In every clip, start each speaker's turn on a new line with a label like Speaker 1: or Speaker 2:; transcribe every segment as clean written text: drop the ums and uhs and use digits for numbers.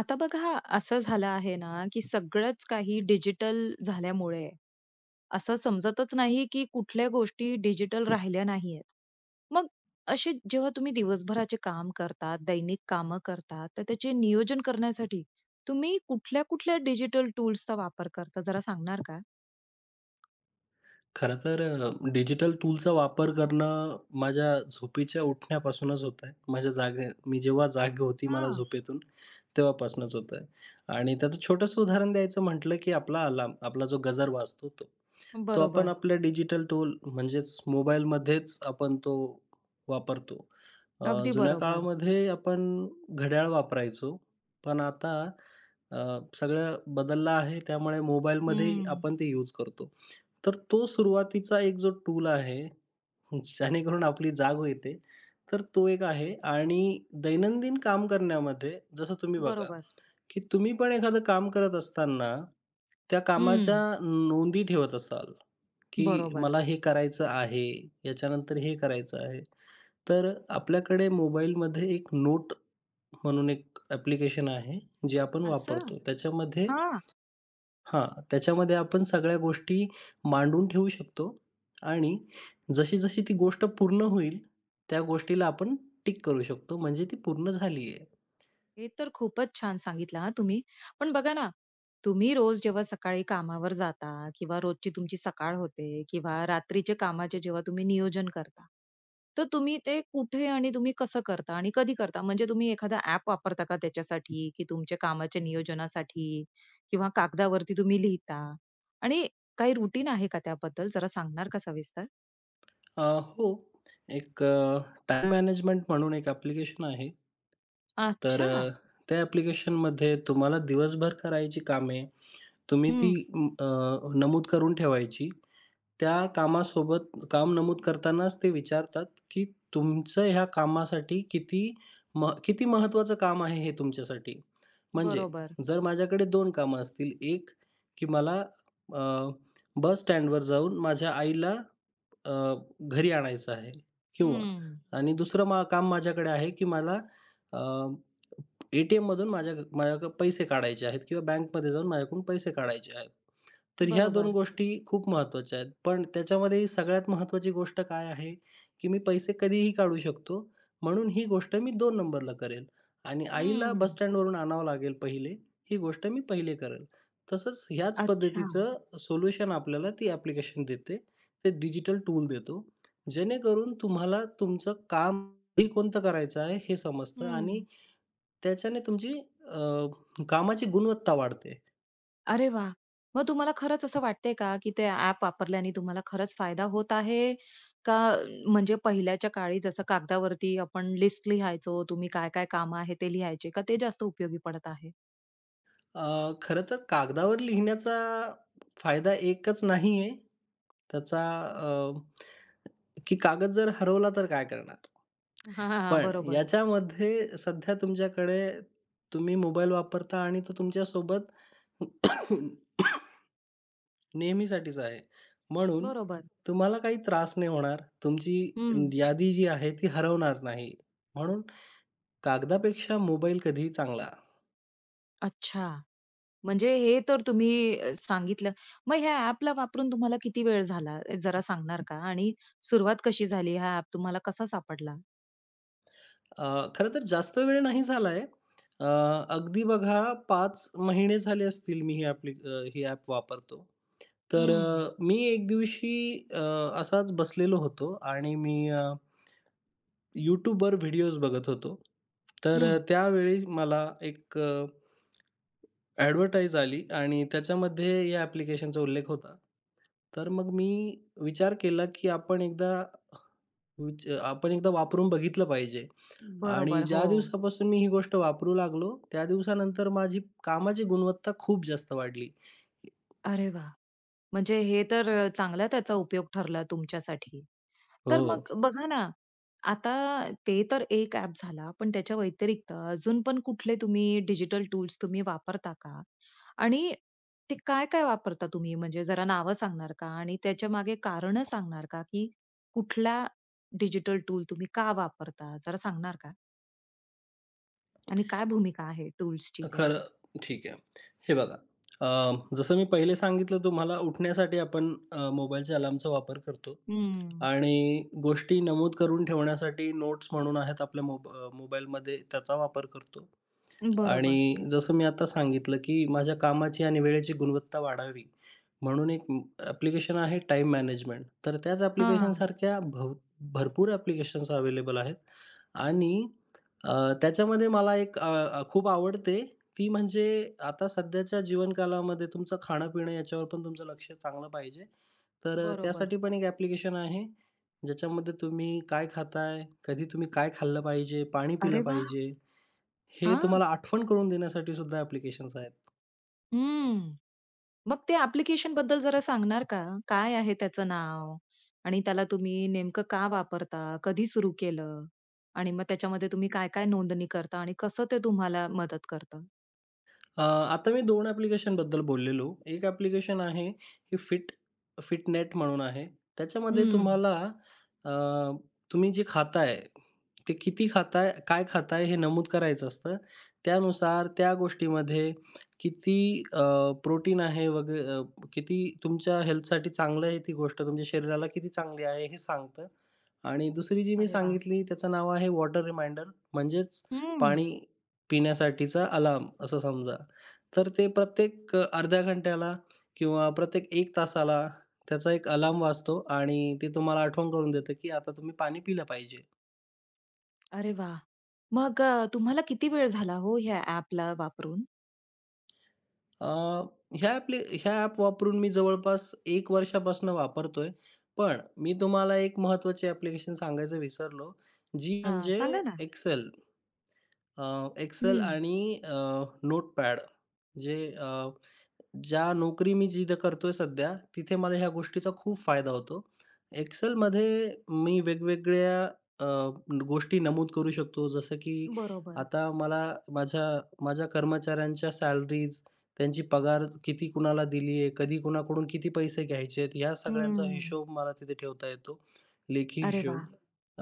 Speaker 1: आता बघा असं झालं आहे ना, की सगळंच काही डिजिटल झाल्यामुळे असं समजतच नाही, की कुठल्या गोष्टी डिजिटल राहिल्या नाहीयेत. मग असे जेव्हा तुम्ही दिवसभराचे काम करतात, दैनिक कामं करतात, तर त्याचे नियोजन करण्यासाठी तुम्ही कुठल्या-कुठल्या डिजिटल टूल्सचा वापर करता जरा सांगणार का?
Speaker 2: खरं तर डिजिटल टूलचा वापर करणं माझ्या झोपेच्या उठण्यापासूनच होत आहे. माझ्या जागे मी जेव्हा जाग होती मला
Speaker 1: हां.
Speaker 2: झोपेतून, तेव्हापासूनच होत आहे. आणि त्याचं छोटंसं उदाहरण द्यायचं म्हटलं, की आपला अलार्म, आपला जो गजर वाजतो तो. तो आपण
Speaker 1: बरोबर.
Speaker 2: आपल्या डिजिटल टूल म्हणजेच मोबाईलमध्येच आपण तो वापरतो. अ,
Speaker 1: अगदी
Speaker 2: जुन्या
Speaker 1: बरोबर.
Speaker 2: काळामध्ये आपण घड्याळ वापरायचो, पण आता अ, सगळं बदललं आहे, त्यामुळे मोबाईलमध्ये
Speaker 1: हं.
Speaker 2: आपण ते यूज करतो. तर तो सुरुवातीचा एक जो टूल आहे, जेणेकरून आपली जाग येते, तर तो एक आहे. आणि दैनंदिन काम करण्यामध्ये जसं तुम्ही बघा,
Speaker 1: बरोबर.
Speaker 2: की तुम्ही पण एखादं काम करत असताना, त्या कामाच्या
Speaker 1: हं.
Speaker 2: नोंदी ठेवत असाल, की
Speaker 1: बरोबर.
Speaker 2: मला हे करायचं आहे, याच्यानंतर हे करायचं आहे. तर आपल्याकडे मोबाईलमध्ये एक नोट म्हणून एक ॲप्लिकेशन आहे, जे आपण
Speaker 1: असं?
Speaker 2: वापरतो. त्याच्यामध्ये
Speaker 1: हां.
Speaker 2: हां, त्याच्यामध्ये आपण सगळ्या गोष्टी मांडून ठेवू शकतो आणि जशी-जशी ती गोष्ट पूर्ण होईल, त्या गोष्टीला आपण टिक करू शकतो, म्हणजे ती पूर्ण झाली आहे.
Speaker 1: हे तर खूपच छान सांगितलं हां तुम्ही. पण बघा ना, तुम्ही रोज जेव्हा सकाळी कामावर जाता किंवा रोजची तुमची सकाळ होते किंवा रात्रीचे कामाचे जेव्हा तुम्ही नियोजन करता, तर तुम्ही ते कुठे आणि तुम्ही कसं करता आणि कधी करता? म्हणजे तुम्ही एखादा ॲप वापरता का त्याच्यासाठी, की तुमच्या कामाच्या नियोजनासाठी किंवा कागदावरती तुम्ही लिहिता? आणि काही रुटीन आहे का त्याबद्दल? जरा सांगणार का सविस्तर?
Speaker 2: अ, हो, एक टाईम मॅनेजमेंट म्हणून एक ॲप्लिकेशन आहे. तर
Speaker 1: अच्छा.
Speaker 2: त्या ॲप्लिकेशनमध्ये तुम्हाला दिवसभर करायची कामे तुम्ही ती
Speaker 1: हं.
Speaker 2: नमूद करून ठेवायची. त्या कामासोबत काम नमूद करतानाच ते विचारतात, की तुमचं ह्या कामासाठी किती महत्त्वाचं काम आहे हे तुमच्यासाठी? म्हणजे
Speaker 1: बरोबर.
Speaker 2: जर माझ्याकडे 2 कामं असतील, एक की मला अ, बस स्टँडवर जाऊन माझ्या आईला अ, घरी आणायचं आहे किंवा,
Speaker 1: हं.
Speaker 2: आणि दुसरं काम माझ्याकडे आहे, की मला अ, ए-टी-एममधून माझ्याकडे पैसे काढायचे आहेत किंवा बँकमध्ये जाऊन माझ्याकडून पैसे काढायचे आहेत. तर ह्या 2
Speaker 1: बरोबर.
Speaker 2: गोष्टी खूप महत्त्वाच्या आहेत. पण त्याच्यामध्ये सगळ्यात महत्त्वाची गोष्ट काय आहे, की मी पैसे कधीही काढू शकतो. म्हणून ही गोष्ट मी 2 नंबरला करेल आणि आईला बस
Speaker 1: हं.
Speaker 2: स्टँडवरून आणावं लागेल पहिले, ही गोष्ट मी पहिले करेल. तसंच ह्याच
Speaker 1: अच्छा.
Speaker 2: पद्धतीचं सोल्युशन आपल्याला ती ॲप्लिकेशन देते. ते डिजिटल टूल देतो. जेणेकरून तुम्हाला तुमचं काम कधी कोणतं करायचं आहे हे समजतं आणि
Speaker 1: हं.
Speaker 2: त्याच्याने तुमची अ, कामाची गुणवत्ता वाढते.
Speaker 1: अरे वाह! मग तुम्हाला खरंच असं वाटतंय का, की ते ॲप वापरल्याने तुम्हाला खरंच फायदा होत आहे? का म्हणजे पहिल्याच्या काळी जसं कागदावरती आपण लिस्ट लिहायचो, तुम्ही काय-काय कामं आहे ते लिहायचे, का ते जास्त उपयोगी पडत आहे?
Speaker 2: अ, खरं तर कागदावर लिहिण्याचा फायदा एकच नाही आहे. त्याचा की कागद जर हरवला तर काय करणार?
Speaker 1: हां, हां, हां.
Speaker 2: पण
Speaker 1: बरोबर,
Speaker 2: याच्यामध्ये सध्या तुमच्याकडे तुम्ही मोबाईल वापरता आणि तो तुमच्यासोबत नेहमीसाठीच आहे. म्हणून
Speaker 1: बरोबर.
Speaker 2: तुम्हाला काही त्रास नाही होणार.
Speaker 1: हं.
Speaker 2: तुमची यादी जी आहे ती हरवणार नाही. म्हणून कागदापेक्षा मोबाईल कधीही चांगला.
Speaker 1: अच्छा. म्हणजे हे तर तुम्ही सांगितलं. मग ह्या ॲपला वापरून तुम्हाला किती वेळ झाला, जरा सांगणार का? आणि सुरुवात कशी झाली? हा ॲप तुम्हाला कसा सापडला?
Speaker 2: खरं तर जास्त वेळ नाही झालाय. अ, अगदी बघा, 5 महिने झाले असतील मी ही ॲप वापरतो. तर
Speaker 1: हं,
Speaker 2: मी एक दिवशी अ, असाच बसलेलो होतो आणि मी YouTubeवर व्हिडिओज बघत होतो. तर
Speaker 1: हं.
Speaker 2: त्यावेळी मला एक ॲडव्हर्टाइज आली आणि त्याच्यामध्ये या ॲप्लिकेशनचा उल्लेख होता. तर मग मी विचार केला, की आपण एकदा वापरून बघितलं पाहिजे. आणि
Speaker 1: बरोबर. हो.
Speaker 2: ज्या दिवसापासून मी ही गोष्ट वापरू लागलो, त्या दिवसानंतर माझी कामाची गुणवत्ता खूप जास्त वाढली.
Speaker 1: अरे वाह! म्हणजे हे तर चांगला त्याचा उपयोग ठरला तुमच्यासाठी. तर
Speaker 2: हो.
Speaker 1: मग बघा ना, आता ते तर एक ॲप झाला, पण त्याच्या व्यतिरिक्त अजून पण कुठले तुम्ही डिजिटल टूल्स वापरता का? आणि ते काय-काय वापरता तुम्ही? म्हणजे जरा नावं सांगणार का? आणि त्याच्यामागे कारणं सांगणार का, की कुठला डिजिटल टूल तुम्ही का वापरता? जरा सांगणार का? आणि काय भूमिका आहे टूल्सची त्या?
Speaker 2: खरं ठीक आहे. हे बघा, जसं मी पहिले सांगितलं, तुम्हाला उठण्यासाठी आपण मोबाईलच्या अलार्मचा वापर करतो
Speaker 1: हं.
Speaker 2: आणि गोष्टी नमूद करून ठेवण्यासाठी नोट्स म्हणून आहेत आपल्या मोबाईलमध्ये त्याचा वापर करतो.
Speaker 1: बरोबर.
Speaker 2: आणि जसं मी आता सांगितलं, की माझ्या कामाची आणि वेळेची गुणवत्ता वाढावी, म्हणून एक म ॲप्लिकेशन आहे टाईम मॅनेजमेंट. तर त्याच
Speaker 1: हां.
Speaker 2: ॲप्लिकेशनसारख्या भरपूर ॲप्लिकेशन्स अवेलेबल आहेत आणि अ, त्याच्यामध्ये मला एक अ, अ, खूप आवडते, ती म्हणजे आता सध्याच्या जीवनकालामध्ये तुमचं खाणं-पिणं याच्यावर पण तुमचं लक्ष चांगलं पाहिजे. तर
Speaker 1: बरोबर.
Speaker 2: त्यासाठी पण एक ॲप्लिकेशन आहे, ज्याच्यामध्ये तुम्ही काय खाताय, कधी तुम्ही काय खाल्लं पाहिजे, पाणी पिलं
Speaker 1: अरे वाह!
Speaker 2: पाहिजे, हे
Speaker 1: हां.
Speaker 2: तुम्हाला आठवण करून देण्यासाठी सुद्धा ॲप्लिकेशन्स आहेत.
Speaker 1: हं. मग ते ॲप्लिकेशनबद्दल जरा सांगणार का? काय आहे त्याचं नाव? आणि त्याला तुम्ही नेमकं का वापरता? कधी सुरू केलं? आणि मग त्याच्यामध्ये तुम्ही काय-काय नोंदणी करता आणि कसं ते तुम्हाला मदत करतं?
Speaker 2: आता मी 2 ॲप्लिकेशनबद्दल बोललेलो. एक ॲप्लिकेशन आहे हे फिटनेट म्हणून आहे. त्याच्यामध्ये
Speaker 1: हं.
Speaker 2: तुम्हाला अ, तुम्ही जे खाताय, ते किती खाताय, काय खाताय हे नमूद करायचं असतं. त्यानुसार त्या गोष्टीमध्ये किती अ, प्रोटीन आहे वगैरे, किती तुमच्या हेल्थसाठी चांगलं आहे ती गोष्ट, तुमच्या शरीराला किती चांगली आहे हे सांगतं. आणि दुसरी जी मी
Speaker 1: अरे वाह!
Speaker 2: सांगितली त्याचं नाव आहे वॉटर रिमाइंडर, म्हणजेच
Speaker 1: हं.
Speaker 2: पाणी पिण्यासाठीचा अलार्म असं समजा. तर ते प्रत्येक अर्ध्या घंट्याला किंवा प्रत्येक 1 तासाला त्याचा एक अलार्म वाजतो आणि ते तुम्हाला आठवण करून देतं, की आता तुम्ही पाणी पिलं पाहिजे.
Speaker 1: अरे वाह! मग तुम्हाला किती वेळ झाला हो ह्या ॲपला वापरून?
Speaker 2: अ, ह्या ॲप वापरून मी जवळपास 1 वर्षापासून वापरतोय. पण मी तुम्हाला एक महत्त्वाची ॲप्लिकेशन सांगायचं विसरलो, जी
Speaker 1: हां,
Speaker 2: म्हणजे
Speaker 1: सांगा ना?
Speaker 2: Excel. अ, Excel
Speaker 1: हं.
Speaker 2: आणि नोटपॅड जे अ, ज्या नोकरी मी जिथं करतोय सध्या, तिथे मला ह्या गोष्टीचा खूप फायदा होतो. Excelमध्ये मी वेगवेगळ्या अ, गोष्टी नमूद करू शकतो. जसं की
Speaker 1: बरोबर.
Speaker 2: आता मला माझ्या माझ्या कर्मचाऱ्यांच्या सॅलरीज, त्यांची पगार किती कुणाला दिली आहे, कधी कुणाकडून किती पैसे घ्यायचे आहेत, ह्या सगळ्यांचा
Speaker 1: हं.
Speaker 2: हिशोब मला तिथे ठेवता येतो, लेखी
Speaker 1: अरे
Speaker 2: हिशोब.
Speaker 1: वाह!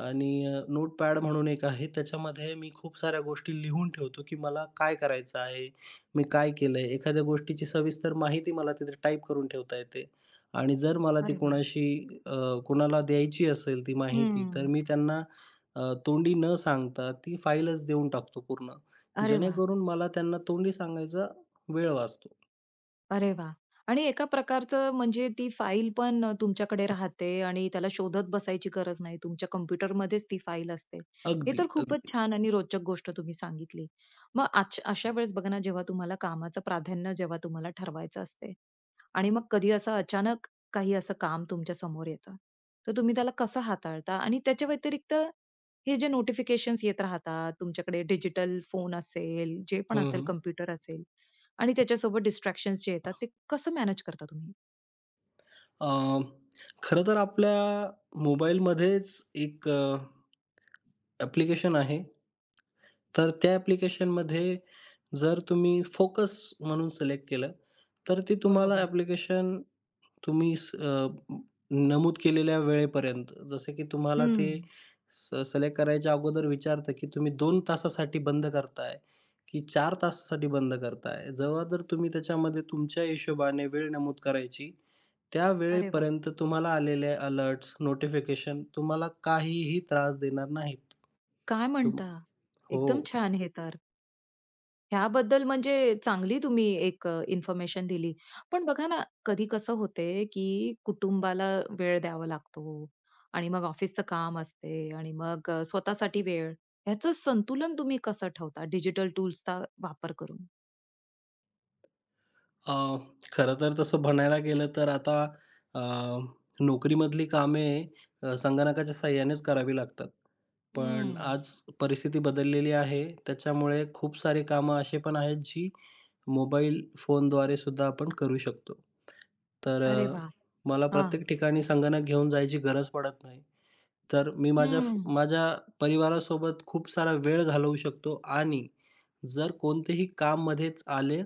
Speaker 2: आणि नोटपॅड म्हणून एक आहे, त्याच्यामध्ये मी खूप साऱ्या गोष्टी लिहून ठेवतो, की मला काय करायचं आहे, मी काय केलंय? एखाद्या गोष्टीची सविस्तर माहिती मला तिथे टाईप करून ठेवता येते आणि जर मला ती
Speaker 1: अरे वाह!
Speaker 2: अ, कोणाला द्यायची असेल ती माहिती, तर
Speaker 1: हं.
Speaker 2: मी त्यांना तोंडी न सांगता ती फाईलच देऊन टाकतो पूर्ण.
Speaker 1: अरे वाह!
Speaker 2: जेणेकरून मला त्यांना तोंडी सांगायचा वेळ वाचतो.
Speaker 1: अरे वाह! आणि एका प्रकारचं म्हणजे ती फाईल पण तुमच्याकडे राहते आणि त्याला शोधत बसायची गरज नाही. तुमच्या कॉम्प्युटरमध्येच ती फाईल असते. हे
Speaker 2: अगदी,
Speaker 1: तर खूपच
Speaker 2: अगदी.
Speaker 1: छान आणि रोचक गोष्ट तुम्ही सांगितली. मग अशा वेळेस बघा ना, जेव्हा तुम्हाला कामाचं प्राधान्य जेव्हा तुम्हाला ठरवायचं असते आणि मग कधी असं अचानक काही असं काम तुमच्या समोर येतं, तर तुम्ही त्याला कसं हाताळता? आणि त्याच्या व्यतिरिक्त हे जे नोटिफिकेशन्स येत राहतात, तुमच्याकडे डिजिटल फोन असेल, जे पण
Speaker 2: हं,
Speaker 1: असेल,
Speaker 2: हं.
Speaker 1: कॉम्प्युटर असेल, आणि त्याच्यासोबत डिस्ट्रॅक्शन्स जे येतात ते कसं मॅनेज करता तुम्ही?
Speaker 2: अ, खरं तर आपल्या मोबाईलमध्येच एक ॲप्लिकेशन आहे. तर त्या ॲप्लिकेशनमध्ये जर तुम्ही फोकस म्हणून सिलेक्ट केलं, तर ते तुम्हाला
Speaker 1: बरोबर.
Speaker 2: ॲप्लिकेशन तुम्ही नमूद केलेल्या वेळेपर्यंत, जसं की तुम्हाला
Speaker 1: हं.
Speaker 2: ते सिलेक्ट करायच्या अगोदर विचारतं, की तुम्ही 2 तासासाठी बंद करताय, की 4 तासासाठी बंद करताय. जेव्हा जर तुम्ही त्याच्यामध्ये तुमच्या हिशोबाने वेळ नमूद करायची, त्या
Speaker 1: अरे वा,
Speaker 2: वेळेपर्यंत तुम्हाला आलेले अलर्ट्स, नोटिफिकेशन तुम्हाला काहीही त्रास देणार नाहीत.
Speaker 1: काय
Speaker 2: तुम
Speaker 1: म्हणता? एकदम
Speaker 2: हो.
Speaker 1: छान हे तर. ह्याबद्दल म्हणजे चांगली तुम्ही एक इन्फॉर्मेशन दिली. पण बघा ना, कधी कसं होते, की कुटुंबाला वेळ द्यावा लागतो आणि मग ऑफिसचं काम असते आणि मग स्वतःसाठी वेळ. ह्याचं संतुलन तुम्ही कसं ठेवता डिजिटल टूल्सचा वापर करून?
Speaker 2: अ, खरं तर तसं म्हणायला गेलं तर आता अ, नोकरीमधली कामे संगणकाच्या साहाय्यानेच करावी लागतात. पण
Speaker 1: हं.
Speaker 2: आज परिस्थिती बदललेली आहे. त्याच्यामुळे खूप सारे कामं असे पण आहेत जी मोबाईल फोनद्वारे सुद्धा आपण करू शकतो. तर
Speaker 1: अरे वाह!
Speaker 2: मला
Speaker 1: हां.
Speaker 2: प्रत्येक ठिकाणी संगणक घेऊन जायची गरज पडत नाही. तर मी माझ्या फ
Speaker 1: हं,
Speaker 2: माझ्या परिवारासोबत खूप सारा वेळ घालवू शकतो आणि जर कोणतेही काम मध्येच आले,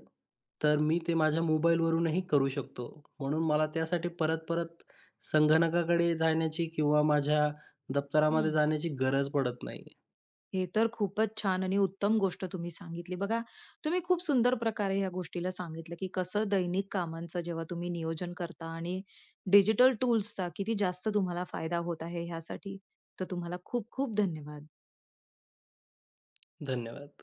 Speaker 2: तर मी ते माझ्या मोबाईलवरूनही करू शकतो. म्हणून मला त्यासाठी परत-परत संगणकाकडे जाण्याची किंवा माझ्या दप्तरामध्ये
Speaker 1: हं.
Speaker 2: जाण्याची गरज पडत नाही.
Speaker 1: हे तर खूपच छान आणि उत्तम गोष्ट तुम्ही सांगितली. बघा, तुम्ही खूप सुंदर प्रकारे या गोष्टीला सांगितलं, की कसं दैनिक कामांचं जेव्हा तुम्ही नियोजन करता आणि डिजिटल टूल्सचा किती जास्त तुम्हाला फायदा होत आहे ह्यासाठी. तर तुम्हाला खूप खूप धन्यवाद.
Speaker 2: धन्यवाद.